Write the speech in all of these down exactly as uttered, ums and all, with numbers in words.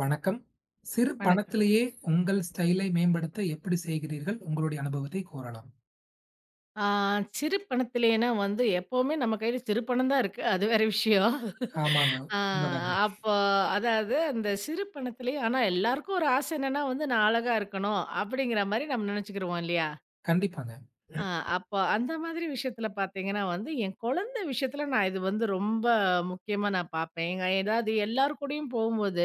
வணக்கம். சிறு வணக்கம். பணத்திலேயே உங்கள் ஸ்டைலை மேம்படுத்த எப்படி செய்கிறீர்கள்? உங்களுடைய அனுபவத்தை கூறலாம். ஆ சிறு பணத்திலேன்னா வந்து எப்பவுமே நம்ம கையில சிறு பணம் தான் இருக்கு. அது வேற விஷயம். ஆமாங்க. ஆ உண்மதாங்க. அப்போ அதாவது அந்த சிறு பணத்திலேயே ஆனா எல்லாருக்கும் ஒரு ஆசை என்னன்னா வந்து நான் அழகா இருக்கணும் அப்படிங்கிற மாரி நம்ம நெனச்சுக்கிருவோம் இல்லையா? கண்டிப்பாங்க. ஆ அப்போ அந்த மாதிரி விஷயத்துல பார்த்தீங்கன்னா வந்து, என் குழந்தை விஷயத்துல நான் இது வந்து ரொம்ப முக்கியமா நான் பார்ப்பேன். எங்க ஏதாவது எல்லார் கூடயும் போகும்போது,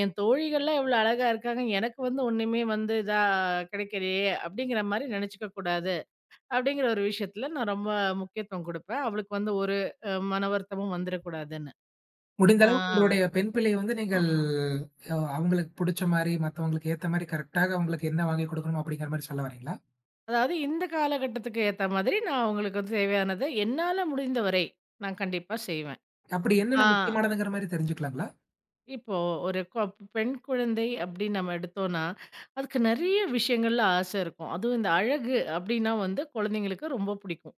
என் தோழிகள்லாம் எவ்வளோ அழகா இருக்காங்க. எனக்கு வந்து ஒண்ணுமே வந்து இதா கிடைக்கலையே! அப்படிங்கிற மாரி நெனச்சுக்க கூடாது. அப்படிங்கிற ஒரு விஷயத்துல நான் ரொம்ப முக்கியத்துவம் குடுப்பேன். அவளுக்கு வந்து ஒரு அ மன வருத்தமும் வந்துரக்கூடாதுன்னு. முடிந்த ஆ அளவுக்கு உங்களுடைய பெண் பிள்ளைய வந்து நீங்கள் அ அவங்களுக்கு புடிச்ச மாரி, மத்தவங்களுக்கு ஏத்த மாரி கரெக்ட்டாக அவங்களுக்கு என்ன வாங்கி கொடுக்கணுமோ அப்படிங்கிற மாரி சொல்ல வரீங்களா? அதாவது இந்த காலகட்டத்துக்கு ஏத்த மாதிரி நான் அவங்களுக்கு வந்து தேவையானத என்னால முடிந்தவரை நான் கண்டிப்பா செய்வேன். அப்படி ஆ என்னென்ன முக்கியமானதுங்கிற மாரி தெரிஞ்சுக்கலாங்களா? இப்போ ஒரு கொ பெண் குழந்தை அப்படின்னு நம்ம எடுத்தோம்னா, அதுக்கு நெறைய விஷயங்கள்ல ஆசை இருக்கும். அதுவும் இந்த அழகு அப்படின்னா வந்து குழந்தைங்களுக்கு ரொம்ப பிடிக்கும்.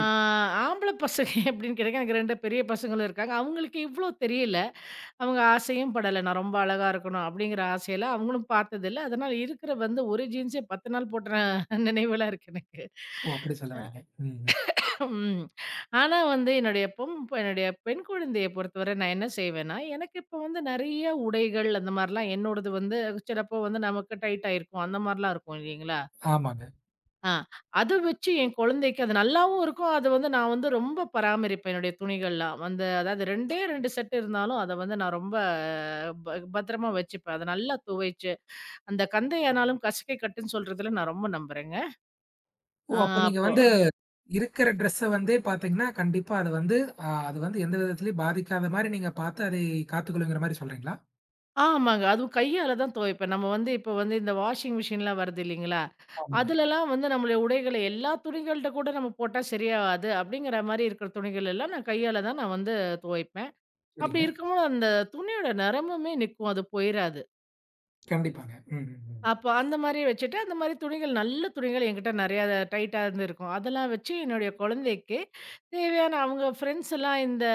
ஆ ஆம்பள பசங்க எப்படின்னு கேட்டா எனக்கு ரெண்டு பெரிய பசங்களும் இருக்காங்க. அவங்களுக்கு இவ்ளோ தெரியல. அவங்க ஆசையும் படல. நான் ரொம்ப அழகா இருக்கணும் அப்படிங்கிற ஆசையில அவங்களும் பார்த்ததில்ல. அதனால இருக்கிற வந்து ஒரு ஜீன்ஸே பத்து நாள் போட்ட நினைவுலாம் இருக்கு எனக்கு. ஓ! அப்படி சொல்ல அ வரீங்க. ம், ம். ம். ஆனா வந்து என்னுடைய பொம் என்னுடைய பெண் குழந்தைய பொறுத்தவரை நான் என்ன செய்வேன்னா, எனக்கு இப்ப வந்து நெறைய உடைகள் அந்த மாரிலாம் என்னோடது வந்து சிலப்போ வந்து நமக்கு டைட் ஆயிருக்கும். அந்த மாரிலாம் இருக்கும் இல்லைங்களா? ஆமாங்க. ஆ. அத வச்சு என் குழந்தைக்கு அது நல்லாவும் இருக்கும். அது வந்து நான் வந்து ரொம்ப பராமரிப்பேன் என்னுடைய துணிகள்லாம். வந்து அதாவது 2டே ரெண்டு செட் இருந்தாலும் அத வந்து நான் ரொம்ப அஹ், ப பத்திரமா வச்சுப்பேன். அத நல்லா துவைச்சு, அந்த கந்தையானாலும் கசக்கை கட்டுன்னு சொல்றதுல நான் ரொம்ப நம்புறேங்க. ஓ! ஆ அப்ப நீங்க அப்போ வந்து இருக்கிற ட்ரெஸ்ஸ வந்து பார்த்தீங்கன்னா, கண்டிப்பா அது வந்து அ அது வந்து எந்த விதத்திலயும் பாதிக்காத மாரி நீங்க பார்த்து அதை காத்துக்கொள்ளுங்கிற மாரி சொல்றீங்களா? ஆமாங்க. அதுவும் கையால தான் துவைப்பேன். நம்ம வந்து இப்போ வந்து இந்த வாஷிங் மிஷின்லாம் வருது இல்லைங்களா? ஆமாங்க. அதுலலாம் வந்து நம்மளுடைய உடைகள எல்லா துணிகள்ட்ட கூட நம்ம போட்டா சரியாவாது. அப்படிங்கிற மாரி இருக்கிற துணிகள் எல்லாம் நான் கையால தான் நான் வந்து துவைப்பேன். அப்படி சரிங்க. இருக்கும்போது அந்த துணியோட நரமுமே நிக்கும். அது போயிராது. கண்டிப்பாங்க. ம், ம், ம். அப்ப அந்த மாரி வச்சுட்டு, அந்த மாரி துணிகள் நல்ல துணிகள் என்கிட்ட நெறையா டைட்டா இருந்திருக்கும். அதெல்லாம் வச்சு என்னுடைய குழந்தைக்கு தேவையான அவங்க ஃப்ரெண்ட்ஸ் எல்லாம் இந்த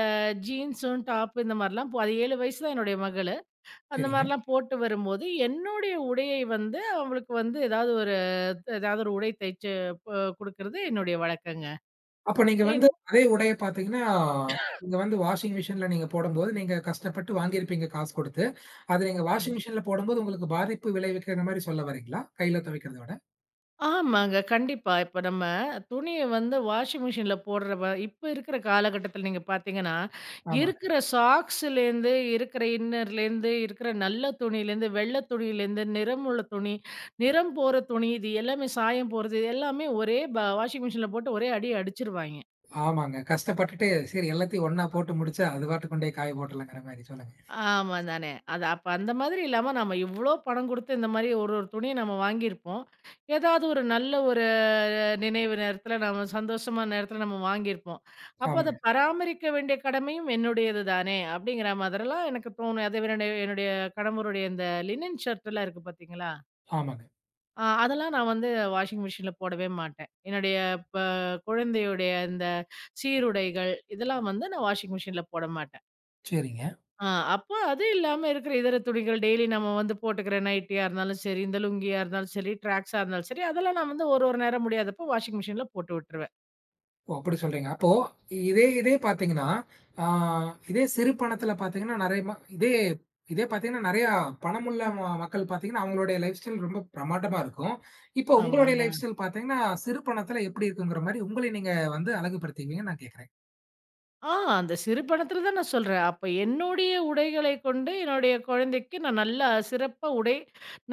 ஜீன்ஸும், டாப் இந்த மாரிலாம் போ அது ஏழு வயசு தான் என்னுடைய மகளு. அந்த சரிங்க. மாரிலாம் போட்டு வரும்போது, என்னுடைய உடையை வந்து அவளுக்கு வந்து ஏதாவது ஒரு ஏதாவது ஒரு உடை தைச்சு ப குடுக்குறது என்னுடைய வழக்கங்க. அப்ப நீங்க வந்து என் அதே உடைய பார்த்தீங்கன்னா, நீங்க வந்து வாஷிங் மிஷின்ல நீங்க போடும்போது, நீங்க கஷ்டப்பட்டு வாங்கியிருப்பீங்க காசு குடுத்து. அத நீங்க வாஷிங் மிஷின்ல போடும்போது உங்களுக்கு பாதிப்பு விளைவிக்கிற மாரி சொல்ல வரீங்களா? கையில துவைக்கிறத விட? ஆமாங்க. கண்டிப்பா. இப்ப நம்ம துணிய வந்து வாஷிங் மிஷின்ல போடுற வ இப்ப இருக்கிற காலகட்டத்தில நீங்க பார்த்தீங்கன்னா, ஆமாங்க. இருக்கிற சாக்ஸ்லேருந்து, இருக்கிற இன்னர்லேருந்து, இருக்கிற நல்ல துணியிலேருந்து, வெள்ள துணியிலேருந்து, நிறமுள்ள துணி, நிறம் போற துணி, இது எல்லாமே சாயம் போறது, இது எல்லாமே ஒரே ப வாஷிங் மிஷின்ல போட்டு ஒரே அடி அடிச்சுருவாய்ங்க. ஆமாங்க. கஷ்டப்பட்டுட்டு சரி எல்லாத்தையும் ஒண்ணா போட்டு முடிச்சா, அது பாட்டுக்கு கொண்டே காய போட்டுறலாங்கிற மாரி. சொல்லுங்க. ஆமா தானே. அது அப்ப அந்த மாதிரி இல்லாம நம்ம இவ்ளோ பணம் குடுத்து இந்த மாரி ஒரு ஒரு துணிய நம்ம வாங்கியிருப்போம். ஏதாவது ஒரு நல்ல ஒரு நினைவு நேரத்துல, நம்ம சந்தோஷமான நேரத்துல நம்ம வாங்கியிருப்போம். அப்ப அத ஆமாங்க, பராமரிக்க வேண்டிய கடமையும் என்னுடையது தானே! அப்படிங்கிற மாதிரிலாம் எனக்கு தோணும். அது என்னுடைய என்னுடைய கணவருடைய இந்த லினன் ஷர்ட்லாம் இருக்கு பார்த்தீங்களா? ஆமாங்க. அ அதெல்லாம் நான் வந்து வாஷிங் மிஷின்ல போடவே மாட்டேன். என்னுடைய ப குழந்தையுடைய இந்த சீருடைகள் இதெல்லாம் வந்து நான் வாஷிங் மிஷின்ல போட மாட்டேன். சரிங்க. ஆ அப்போ அது இல்லாம இருக்கிற இதர துணிகள் டெய்லி நம்ம வந்து போட்டுக்கிற நைட்டியா இருந்தாலும் சரி, இந்த லுங்கியா இருந்தாலும் சரி, ட்ராக்ஸா இருந்தாலும் சரி, அதெல்லாம் நான் வந்து ஒரு ஒரு நேரம் முடியாதப்போ வாஷிங் மிஷின்ல போட்டு விட்டுருவேன். ஓ! அப்படி சொல்றீங்க. அப்போ இதே இதே பார்த்தீங்கன்னா, ஆ இதே சிறு பணத்தில பார்த்தீங்கன்னா, நெறைய ம இதே இதே பார்த்தீங்கன்னா, நெறையா பணமுள்ள ம மக்கள் பார்த்தீங்கன்னா, அவங்களுடைய லைஃப் ஸ்டைல் ரொம்ப பிரமாண்டமா இருக்கும். இப்போ உங்களுடைய லைஃப் ஆமாங்க. ஸ்டைல் பார்த்தீங்கன்னா, சிறு பணத்தில எப்படி இருக்குங்கிற மாரி உங்களை நீங்க வந்து அழகுபடுத்திக்குவீங்கன்னு நான் கேட்கிறேன். ஆ அந்த சிறு பணத்தில தான் நான் சொல்றேன். அப்ப என்னுடைய உடைகளை கொண்டு என்னுடைய குழந்தைக்கு நான் நல்லா சிறப்பா உடை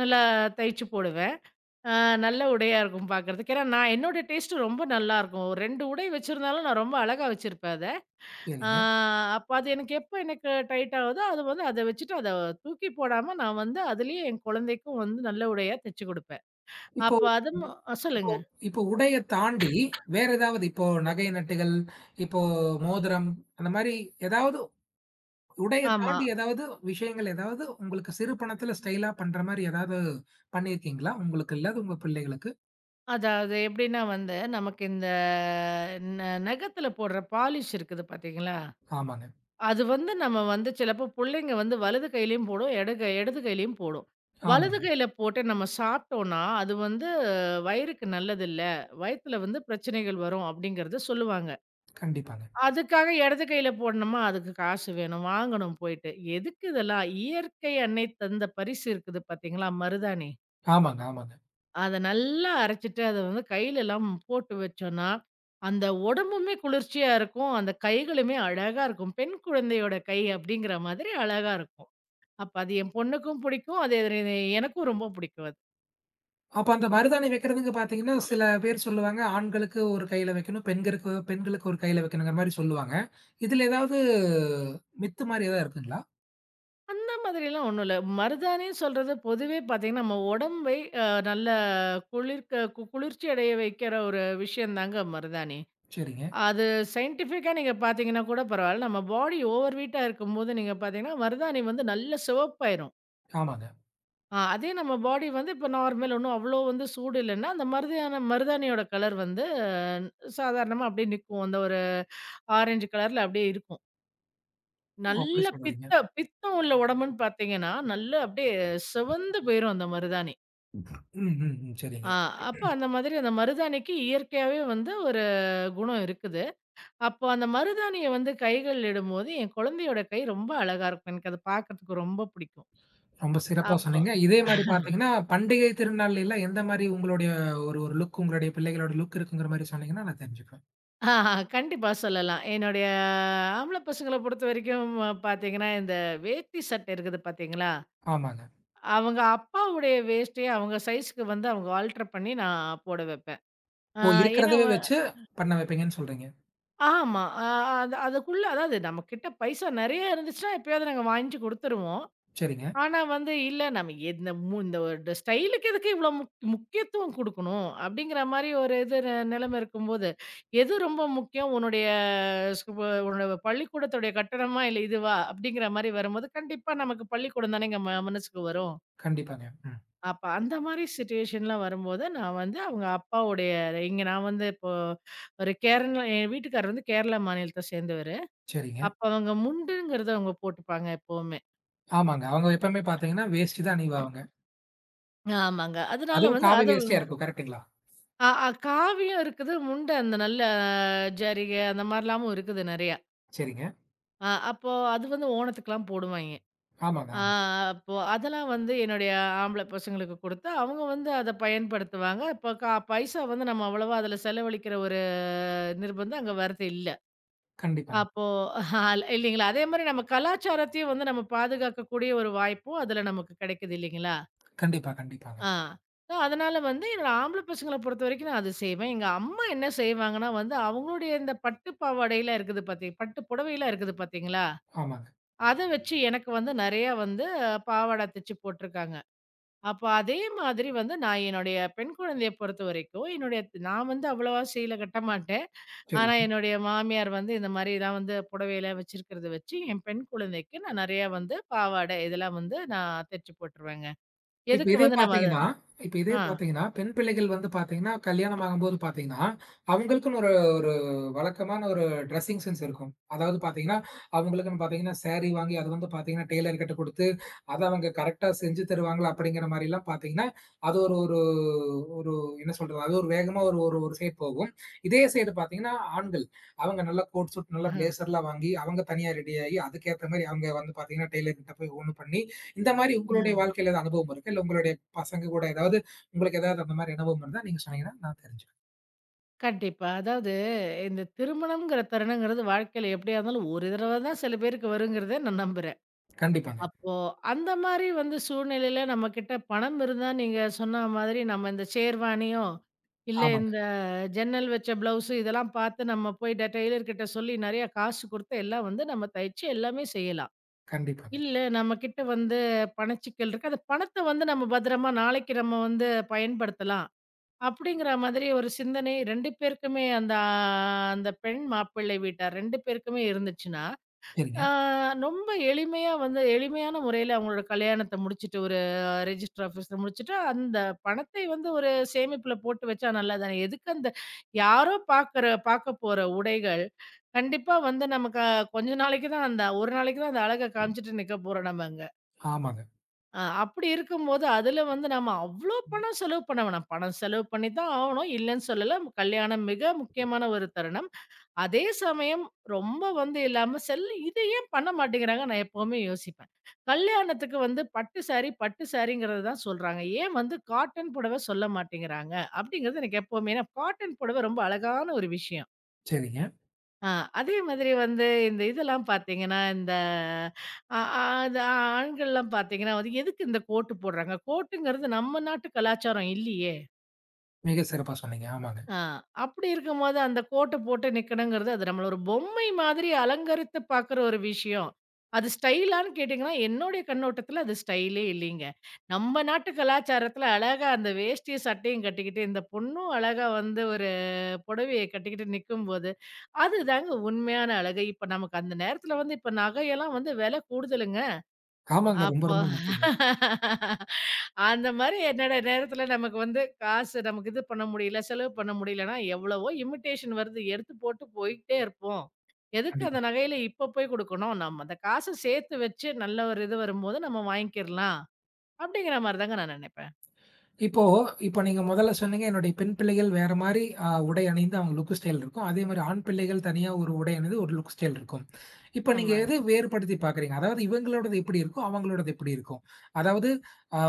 நல்லா தைச்சு போடுவேன். ஆ நல்ல உடையா இருக்கும் பார்க்கறதுக்கு. ஏன்னா நான் என்னோட டேஸ்ட்டு ரொம்ப நல்லாருக்கும். ஒரு ரெண்டு உடை வச்சிருந்தாலும் நான் ரொம்ப அழகா வச்சிருப்பேன் அத. ஆ கேளுங்க. அப்ப அது எனக்கு எப்ப எனக்கு டைட் ஆகுதோ, அது வந்து அத வச்சுட்டு அத தூக்கி போடாம நான் வந்து அதிலேயே என் குழந்தைக்கும் வந்து நல்ல உடையா தச்சு குடுப்பேன். இப்போ அப்ப அது ம அஹ் இப்போ சொல்லுங்க. இப்போ உடைய தாண்டி வேற ஏதாவது இப்போ நகை நட்டுகள், இப்போ மோதிரம் அந்த மாரி ஏதாவது உடைய ஆமா. தாண்டி ஏதாவது விஷயங்கள் ஏதாவது உங்களுக்கு சிறு பணத்துல ஸ்டைலா பண்ற மாரி ஏதாவது பண்ணியிருக்கீங்களா? உங்களுக்கு இல்ல, அது உங்க பிள்ளைகளுக்கு? அதாவது எப்படின்னா வந்து, நமக்கு இந்த ந நகத்துல போடுற பாலிஷ் இருக்குது பார்த்தீங்களா? ஆமாங்க, அது வந்து நம்ம வந்து சிலப்போ புள்ளைங்க வந்து வலது கையிலயும் போடும், இடது கை இடது கையிலயும் போடும். வலது ஆமாங்க. கையில போட்டு நம்ம சாப்பிட்டோம்னா, அது வந்து வயிறுக்கு நல்லதில்ல, வயித்துல வந்து பிரச்சனைகள் வரும் அப்படிங்கிறத சொல்லுவாங்க. கண்டிப்பாங்க. அதுக்காக இடது கையில போடணுமா, அதுக்கு காசு வேணும். வாங்கணும் போயிட்டு. எதுக்கு இதெல்லாம்? இயற்கை அன்னை தந்த பரிசு இருக்குது பார்த்தீங்களா? மருதாணி. ஆமாங்க, ஆமாங்க. அத நல்லா அரைச்சுட்டு, அத வந்து கையிலலாம் போட்டு வச்சோன்னா, அந்த உடம்புமே குளிர்ச்சியா இருக்கும். அந்த கைகளுமே அழகா இருக்கும். பெண் குழந்தையோட கை அப்படிங்கிற மாதிரி அழகா இருக்கும். அப்ப அது என் பொண்ணுக்கும் பிடிக்கும். அது எ- எனக்கும் ரொம்ப பிடிக்கும் அது. அப்ப அந்த மருதாணி வைக்கிறதுக்கு பார்த்தீங்கன்னா, சில பேர் சொல்லுவாங்க, ஆண்களுக்கு ஒரு கையில வைக்கணும், பெண்களுக்கு பெண்களுக்கு ஒரு கையில வைக்கணுங்கிற மாரி சொல்லுவாங்க. இதுல ஏதாவது மித்து மாரி ஏதாவது இருக்குங்களா? மாதிரிலாம் ஒண்ணும் இல்ல. மருதாணின்னு சொல்றது பொதுவே பார்த்தீங்கன்னா, நம்ம உடம்பை அ நல்ல குளிர்க்க கு குளிர்ச்சி அடைய வைக்கிற ஒரு விஷயம் தாங்க மருதாணி. சரிங்க. அது சயின்டிஃபிக்கா நீங்க பார்த்தீங்கன்னா கூட பரவால்ல. நம்ம பாடி ஓவர் வீட்டா இருக்கும்போது நீங்க பார்த்தீங்கன்னா, மருதாணி வந்து நல்ல சிவப்பாயிரும். ஆமாங்க. அ அதே நம்ம பாடி வந்து இப்ப நார்மல் ஒண்ணும் அவ்வளோ வந்து சூடு இல்லன்னா, அந்த மருதியான மருதாணியோட கலர் வந்து சாதாரணமா அப்படியே நிக்கும். அந்த ஒரு ஆரஞ்சு கலர்ல அப்படியே இருக்கும். ஓ! அப்படி நல்ல சொல்ல வர்றீங்க. பித்த பித்தம் உள்ள உடம்புன்னு பார்த்தீங்கன்னா, நல்ல அப்படியே சிவந்து போயிரும் அந்த மருதாணி. ம், ம், ம். சரிங்க. ஆ அப்ப அந்த மாதிரி அந்த மருதாணிக்கு இயற்கையாவே வந்து ஒரு குணம் இருக்குது. அப்போ அந்த மருதாணிய வந்து கைகள் இடும்போது, என் குழந்தையோட கை ரொம்ப அழகா இருக்கும். எனக்கு அத பார்க்கறதுக்கு ரொம்ப பிடிக்கும். ரொம்ப சிறப்பா அப்போ சொன்னீங்க. இதே மாரி பார்த்தீங்கன்னா, பண்டிகை திருநாள்லல்லாம் எந்த மாரி உங்களுடைய ஒரு ஒரு லுக் உங்களுடைய பிள்ளைகளோட லுக் இருக்குங்கிற மாரி சொன்னீங்கன்னா, நான் தெரிஞ்சுப்பேன். ஆஹா, கண்டிப்பா சொல்லலாம். என்னுடைய ஆம்பள பசங்கள பொறுத்தவரைக்கும் பார்த்தீங்கன்னா, இந்த வேட்டி சட்டை இருக்குது பார்த்தீங்களா? ஆமாங்க. அவங்க அப்பாவுடைய வேஷ்டிய அவங்க சைஸ்க்கு வந்து அவங்க ஆல்டர் பண்ணி நான் போட வைப்பேன். ஆ ஓ! ஏன்னா வ இருக்கிறதவே வச்சு பண்ண வைப்பீங்கன்னு சொல்றீங்க. ஆமா. அ அது அதுக்குள்ள அதாவது நம்மகிட்ட பைசா நெறைய இருந்துச்சுன்னா, எப்பயாவது நாங்க வாங்கிச்சு குடுத்துருவோம். சரிங்க. ஆனா வந்து இல்ல நம்ம இந்த மு இந்த ஒரு ஸ்டைலுக்கு எதுக்கு இவ்வளோ முக் முக்கியத்துவம் குடுக்கணும்? அப்படிங்கிற மாரி ஒரு இது நெ நெலைமை இருக்கும்போது, எது ரொம்ப முக்கியம்? உன்னுடைய ஸ்கூ உன்னோட பள்ளிக்கூடத்துடைய கட்டணமா? இல்ல இதுவா? அப்படிங்கிற மாரி வரும்போது, கண்டிப்பா நமக்கு பள்ளிக்கூடம் தானேங்க ம மனசுக்கு வரும். கண்டிப்பாங்க. ம். அப்ப அந்த மாரி சிச்சுவேஷன்லாம் வரும்போது, நான் வந்து அவங்க அப்பாவுடைய இங்க நான் வந்து இப்போ ஒரு கேரளா என் வீட்டுக்காரர் வந்து கேரளா மாநிலத்த சேர்ந்தவரு. சரிங்க. அப்ப அவங்க முண்டுங்கிறத அவங்க போட்டுப்பாங்க எப்பவுமே. ஆமாங்க. அவங்க எப்பவுமே பார்த்தீங்கன்னா, வேஷ்டி தான் அணிவாங்க. ஆமாங்க. அதனால அதுவும் வந்து காவி அத வேஷ்டியா இருக்கும். கரெக்ட்டுங்களா? அ அ காவியம் இருக்குது. முண்டு அந்த நல்ல அஹ், ஜரிகை அந்த மாரிலாமும் இருக்குது நெறையா. சரிங்க. அ அப்போ அது வந்து ஓணத்துக்குலாம் போடுவாய்ங்க. ஆமாங்க, ஆ ஆமா. அப்போ அதெல்லாம் வந்து என்னுடைய ஆம்பள பசங்களுக்கு குடுத்து, அவங்க வந்து அத பயன்படுத்துவாங்க. இப்ப கா பைசா வந்து நம்ம அவ்வளவா அதுல செலவழிக்கிற ஒரு நிர்பந்தம் அங்க வரது இல்ல. கண்டிப்பாங்க. அப்போ ஆல்- இல்லைங்களா? அதே மாரி நம்ம கலாச்சாரத்தையும் வந்து நம்ம பாதுகாக்கக்கூடிய ஒரு வாய்ப்பும் அதுல நமக்கு கெடைக்குது இல்லைங்களா? கண்டிப்பா, கண்டிப்பாங்க. ஆ. so அதனால வந்து என்னோட ஆம்பள பசங்கள பொறுத்தவரைக்கும் நான் அது செய்வேன். எங்க அம்மா என்ன செய்வாங்கன்னா வந்து, அவங்களுடைய இந்த பட்டு பாவாடைலாம் இருக்குது பாத்தீங் பட்டு புடவைலாம் இருக்குது பாத்தீங்களா? ஆமாங்க. அத வச்சு எனக்கு வந்து நெறையா வந்து பாவாட தச்சு போட்டுருக்காங்க. அப்ப அதே மாதிரி வந்து நான் என்னுடைய பெண் குழந்தைய பொறுத்தவரைக்கும், என்னுடைய நான் வந்து அவ்வளவா செய்ல கட்ட மாட்டேன். சரி. ஆனா என்னுடைய மாமியார் வந்து இந்த மாரிலாம் வந்து புடவைலாம் வச்சிருக்கிறத வச்சு, என் பெண் குழந்தைக்கு நான் நெறையா வந்து பாவாடை இதெல்லாம் வந்து நான் தச்சு போட்டுருவேங்க. இப்ப எதுக்கு இதே வந்து நம்ம அத பார்த்தீங்கன்னா இப்ப இதே பார்த்தீங்கன்னா, பெண் பிள்ளைகள் வந்து பார்த்தீங்கன்னா, கல்யாணம் ஆகும்போது பார்த்தீங்கன்னா, அவங்களுக்குன்னு ஒரு ஒரு வழக்கமான ஒரு ட்ரெஸ்ஸிங் சென்ஸ் இருக்கும். அதாவது பார்த்தீங்கன்னா, அவங்களுக்குன்னு பார்த்தீங்கன்னா, சாரி வாங்கி அது வந்து பார்த்தீங்கன்னா, டெய்லர் கிட்ட குடுத்து, அத அவங்க கரெக்ட்டா செஞ்சு தருவாங்களா? அப்படிங்கிற மாரிலாம் பார்த்தீங்கன்னா, அது ஒரு ஒரு ஒரு என்ன சொல்றது? அது ஒரு வேகமா ஒரு ஒரு ஒரு சைடு போகும். இதே சைடு பார்த்தீங்கன்னா, ஆண்கள் அவங்க நல்லா கோட் சூட், நல்லா ஆ. பிளேசர்லாம் வாங்கி, அவங்க தனியா ரெடி ஆகி, அதுக்கேத்த மாரி அவங்க வந்து பார்த்தீங்கன்னா, டெய்லர் கிட்ட போய் ஒண்ணு பண்ணி, இந்த மாரி உங்களுடைய ம். வாழ்க்கையில எதாவது அனுபவம் இருக்கா? இல்ல உங்களுடைய பசங்க கூட ஏதாவது உங்களுக்கு ஏதாவது அந்த மாரி அனுபவம் இருந்தா நீங்க சொன்னீங்கன்னா, நான் தெரிஞ்சுக்கிறேன். கண்டிப்பா. அதாவது இந்த திருமணம்ங்கிற தருணங்கிறது வாழ்க்கையில எப்படியா இருந்தாலும் ஒரு தடவ தான் சில பேருக்கு வருங்கிறத நான் நம்புறேன். கண்டிப்பாங்க. அப்போ அந்த மாரி வந்து சூழ்நிலையில நம்மகிட்ட பணம் இருந்தா நீங்க சொன்ன மாதிரி நம்ம இந்த ஷேர்வானியோ, இல்ல ஆமாங்க. இந்த ஜன்னல் வச்ச ப்ளவுஸு இதெல்லாம் பார்த்து நம்ம போய் டெ டெய்லர் கிட்ட சொல்லி நெறைய காசு குடுத்து எல்லாம் வந்து நம்ம தைச்சு எல்லாமே செய்யலாம். கண்டிப்பாங்க. இல்ல நம்மகிட்ட வந்து பணச்சிக்கல் இருக்கு. அந்த பணத்த வந்து நம்ம பத்திரமா நாளைக்கு நம்ம வந்து பயன்படுத்தலாம். அப்படிங்கிற மாதிரி ஒரு சிந்தனை ரெண்டு பேருக்குமே அந்த அந்த பெண் மாப்பிள்ளை வீட்டார் ரெண்டு பேருக்குமே இருந்துச்சுன்னா, சரிங்க. ஆ ரொம்ப எளிமையா வந்து எளிமையான முறையில அவங்களோட கல்யாணத்த முடிச்சுட்டு, ஒரு ரெஜிஸ்டர் ஆஃபீஸ்ல முடிச்சுட்டு, அந்த பணத்தை வந்து ஒரு சேமிப்புல போட்டு வச்சா நல்லதுதானே. எதுக்கு அந்த யாரோ பார்க்குற பார்க்க போற உடைகள், கண்டிப்பா வந்து நமக்கு அஹ், கொஞ்ச நாளைக்கு தான் அந்த ஒரு நாளைக்கு தான் அந்த அழக காமிச்சுட்டு நிக்க போறோம் நம்ம அங்க. ஆமாங்க. அ அப்படி இருக்கும்போது, அதுல வந்து நம்ம அவ்ளோ பணம் செலவு பண்ண வேணாம். பணம் செலவு பண்ணி தான் ஆவணும். இல்லன்னு சொல்லல. கல்யாணம் மிக முக்கியமான ஒரு தருணம். அதே சமயம் ரொம்ப வந்து இல்லாம செல் இத ஏன் பண்ண மாட்டேங்கிறாங்க நான் எப்பவுமே யோசிப்பேன். கல்யாணத்துக்கு வந்து பட்டு சாரி, பட்டு சாரிங்கிறத தான் சொல்றாங்க. ஏன் வந்து காட்டன் புடவ சொல்ல மாட்டேங்கிறாங்க? அப்படிங்கிறது எனக்கு எப்பவுமே ஏன்னா காட்டன் புடவ ரொம்ப அழகான ஒரு விஷயம். சரிங்க. ஆ, அதே மாதிரி வந்து இந்த இதெல்லாம் பார்த்தீங்கன்னா, இந்த அ அ அது ஆண்கள்லாம் பார்த்தீங்கன்னா, வந்து எதுக்கு இந்த கோட்டு போடுறாங்க? கோட்டுங்கிறது நம்ம நாட்டு கலாச்சாரம் இல்லையே! மிக சிறப்பா சொன்னீங்க. ஆமாங்க. ஆ அப்படி இருக்கும்போது அந்த கோட்ட போட்டு நிக்கணுங்கிறது, அது நம்மள ஒரு பொம்மை மாதிரி அலங்கரித்து பார்க்குற ஒரு விஷயம். அது ஸ்டைலான்னு கேட்டீங்கன்னா, என்னுடைய கண்ணோட்டத்தில அது ஸ்டைலே இல்லைங்க. நம்ம நாட்டு கலாச்சாரத்தில அழகா அந்த வேஷ்டியும், சட்டையும் கட்டிக்கிட்டு, இந்த பொண்ணும் அழகா வந்து ஒரு புடவைய கட்டிக்கிட்டு நிக்கும்போது, அதுதாங்க உண்மையான அழகு. இப்ப நமக்கு அந்த நேரத்துல வந்து இப்ப நகையெல்லாம் வந்து விலை கூடுதலுங்க. ஆமாங்க. ரொம்ப அப்போ ரொம்ப முக்கியங்க. அந்த மாரி என்னோட நேரத்துல நமக்கு வந்து காசு நமக்கு இது பண்ண முடியல, செலவு பண்ண முடியலன்னா, எவ்வளவோ இமிடேஷன் வருது. எடுத்து போட்டு போயிட்டே இருப்போம். எதுக்கு அந்த கண்டிப்பா. நகையில இப்ப போய் குடுக்கணும்? நம்ம அந்த காச சேர்த்து வச்சு நல்ல ஒரு இது வரும்போது நம்ம வாங்கிக்கிரலாம். அப்படிங்கிற மாரி தாங்க நான் நினைப்பேன். இப்போ இப்போ நீங்க முதல்ல சொன்னீங்க, "என்னுடைய பெண் பிள்ளைகள் வேற மாரி அ உடை அணிந்து அவங்க லுக், ஸ்டைல் இருக்கும். அதேமாரி ஆண் பிள்ளைகள் தனியா ஒரு உடை அணிந்து ஒரு லுக், ஸ்டைல் இருக்கும்." இப்ப நீங்க எத ஆமாங்க. வேறுபடுத்தி பார்க்குறீங்க? அதாவது இவங்களோடது எப்படி இருக்கும்? அவங்களோடது எப்படி இருக்கும்? அதாவது ஆ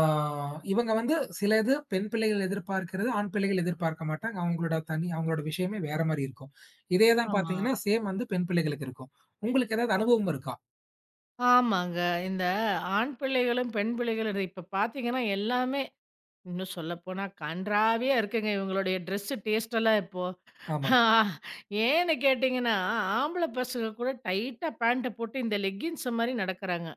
இவங்க வந்து சிலது பெண் பிள்ளைகள் எதிர்பார்க்கிறது, ஆண் பிள்ளைகள் எதிர்பார்க்க மாட்டாங்க. அவங்களோட தனி அவங்களோட விஷயமே வேற மாரி இருக்கும். இதே தான் ஆமா. பார்த்தீங்கன்னா, சேம் வந்து பெண் பிள்ளைகளுக்கு இருக்கும். உங்களுக்கு ஏதாவது அனுபவம் இருக்கா? ஆமாங்க. இந்த ஆண் பிள்ளைகளும், பெண் பிள்ளைகளும் இது இப்ப பார்த்தீங்கன்னா, எல்லாமே இன்னும் சொல்லப்போனா கண்றாவியா இருக்குங்க இவங்களுடைய ட்ரெஸ்ஸு டேஸ்ட்டெல்லாம் இப்போ. ஆமாங்க. ஆஹ், ஏன்னு கேட்டீங்கன்னா, ஆம்பள பசங்க கூட டைட்டா பேண்ட்ட போட்டு இந்த லெக்கின்ஸ மாரி நடக்குறாங்க.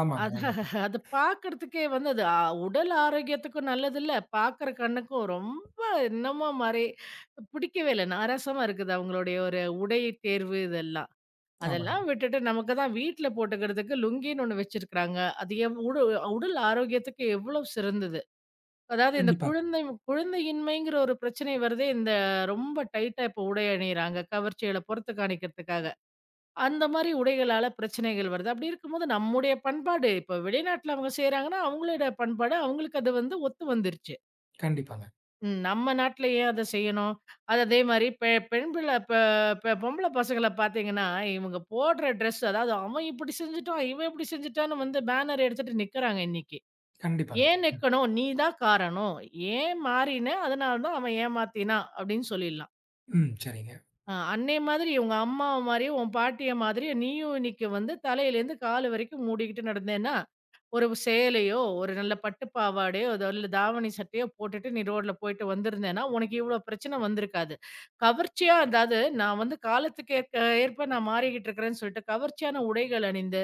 ஆமாங்க, அத ஆமாங்க, அது பார்க்கறதுக்கே வந்து அது அ உடல் ஆரோக்கியத்துக்கும் நல்லதில்ல, பார்க்குற கண்ணுக்கும் ரொம்ப என்னமோ மாரி பிடிக்கவே இல்ல. நாராசமா இருக்குது அவங்களுடைய ஒரு உடை தேர்வு இதெல்லாம். ஆமாங்க. அதெல்லாம் விட்டுட்டு நமக்கு தான் வீட்ல போட்டுக்கிறதுக்கு லுங்கின்னு ஒண்ணு வச்சிருக்கிறாங்க. அது எவ் உடு உடல் ஆரோக்கியத்துக்கு எவ்வளோ சிறந்தது. அதாவது இந்த கண்டிப்பா, குழந்தை குழந்தையின்மைங்கிற ஒரு பிரச்சனை வருதே இந்த ரொம்ப டைட்டா இப்போ உடை அணியிறாங்க. கவர்ச்சிகள புறத்து காணிக்கிறதுக்காக. அந்த மாரி உடைகளால பிரச்சனைகள் வருது. அப்படி இருக்கும்போது நம்முடைய பண்பாடு இப்போ வெளிநாட்ல அவங்க செய்றாங்கன்னா, அவங்களோட பண்பாடு அவங்களுக்கு அது வந்து ஒத்து வந்துருச்சு. கண்டிப்பாங்க, ம். நம்ம நாட்ல ஏன் அத செய்யணும்? அது அதே மாரி பெ பெண் பிள்ள பெ பெ பொம்பள பசங்கள பார்த்தீங்கன்னா, இவங்க போடுற ட்ரெஸ் அதாவது அவன் இப்படி செஞ்சுட்டான், இவன் இப்படி செஞ்சுட்டான்னு வந்து பேனர் எடுத்துட்டு நிக்கிறாங்க இன்னைக்கு. கண்டிப்பாங்க. ஏன் ம், நிக்கணும்? நீ தான் காரணம். ஏன் மாறின? அதனால தான் அவன் ஏமாத்தினான் அப்படின்னு சொல்லிடலாம். ம். சரிங்க. ஆ அன்னைய மாதிரி உங்க அம்மா மாரி, உன் பாட்டிய மாதிரி நீயும் இன்னைக்கு வந்து தலையிலேருந்து கால் வரைக்கும் மூடிக்கிட்டு நடந்தேன்னா, ஒரு சேலையோ, ஒரு நல்ல பட்டு பாவாடையோ, ஏதோ இல்ல தாவணி சட்டையோ போட்டுட்டு நீ ரோட்ல போயிட்டு வந்திருந்தேன்னா, உனக்கு இவ்ளோ பிரச்சனை வந்திருக்காது. கவர்ச்சியா அதாவது நான் வந்து காலத்துக்கு ஏற்க ஏற்ப நான் மாறிக்கிட்டு இருக்கிறேன்னு சொல்லிட்டு கவர்ச்சியான உடைகள் அணிந்து,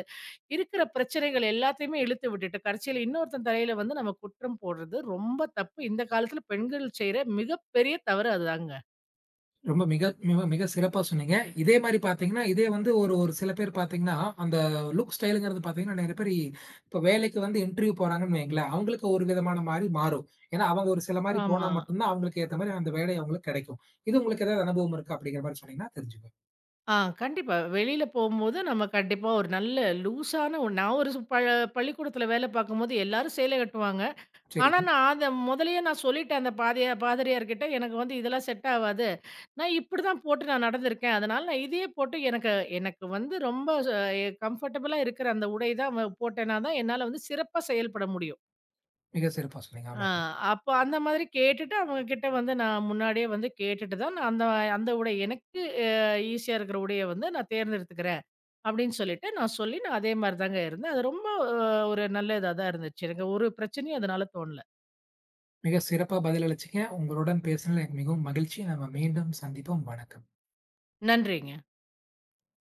இருக்கிற பிரச்சனைகள் எல்லாத்தையுமே இழுத்து விட்டுட்டு, கடைசியில இன்னொருத்தன் தலையில வந்து நம்ம குற்றம் போடுறது ரொம்ப தப்பு. இந்த காலத்துல பெண்கள் செய்ற மிகப்பெரிய தவறு அதுதாங்க. ரொம்ப மிக மிக மிக சிறப்பா சொன்னீங்க. இதே மாரி பார்த்தீங்கன்னா, இதே வந்து ஒரு ஒரு சில பேர் பார்த்தீங்கன்னா, அந்த லுக் ஸ்டைல்ங்கிறது பார்த்தீங்கன்னா, நெறைய பேரு இப்ப வேலைக்கு வந்து இன்டர்வியூ போறாங்கன்னு வையுங்களேன், அவங்களுக்கு ஒரு விதமான மாரி மாறும். ஏன்னா, அவங்க ஒரு சில மாரி போனா ஆமா. மட்டும் தான் அவங்களுக்கு ஏத்த மாரி அந்த வேலை அவங்களுக்கு கெடைக்கும். இது உங்களுக்கு ஏதாவது அனுபவம் இருக்கா? அப்படிங்கிற மாரி சொன்னீங்கன்னா தெரிஞ்சுக்குவேன். ஆ கண்டிப்பா. வெளியில போம்போது நம்ம கண்டிப்பா ஒரு நல்ல லூஸான ஒண்ணு நான் ஒரு சு ப பள்ளிக்கூடத்துல வேலை பார்க்கும்போது எல்லாரும் சேலை கட்டுவாங்க. ஆனா, சரிங்க. நான் அத முதலயே நான் சொல்லிட்டேன் அந்த பாதியா பாதிரியார்கிட்ட, "எனக்கு வந்து இதெல்லாம் செட் ஆவாது. நான் இப்படிதான் போட்டு நான் நடந்திருக்கேன். அதனால நான் இதையே போட்டு எனக்கு எனக்கு வந்து ரொம்ப ச எ கம்ஃபர்டபுளா இருக்கிற அந்த உடை தான் வ போட்டேன்னா தான் என்னால வந்து சிறப்பா செயல்பட முடியும்." மிக சிறப்பா சொன்னீங்க. ஆ, ஆமாங்க. அப்ப அந்த மாதிரி கேட்டுட்டு அவங்க கிட்ட வந்து நான் முன்னாடியே வந்து கேட்டுட்டு தான் நான் அந்த அந்த உடை எனக்கு அ ஈஸியா இருக்கிற உடைய வந்து நான் தேர்ந்தெடுத்துக்கிறேன். அப்படின்னு சொல்லிட்டு நான் சொல்லி நான் அதே மாரி தாங்க இருந்தேன். அது ரொம்ப அ ஒரு நல்ல இதா தான் இருந்துச்சு. எனக்கு ஒரு பிரச்சனையும் அதனால தோணல. மிக சிறப்பா பதிலளிச்சீங்க. உங்களுடன் பேசுனதுல எனக்கு மிகவும் மகிழ்ச்சி. நம்ம மீண்டும் சந்திப்போம். வணக்கம். நன்றிங்க.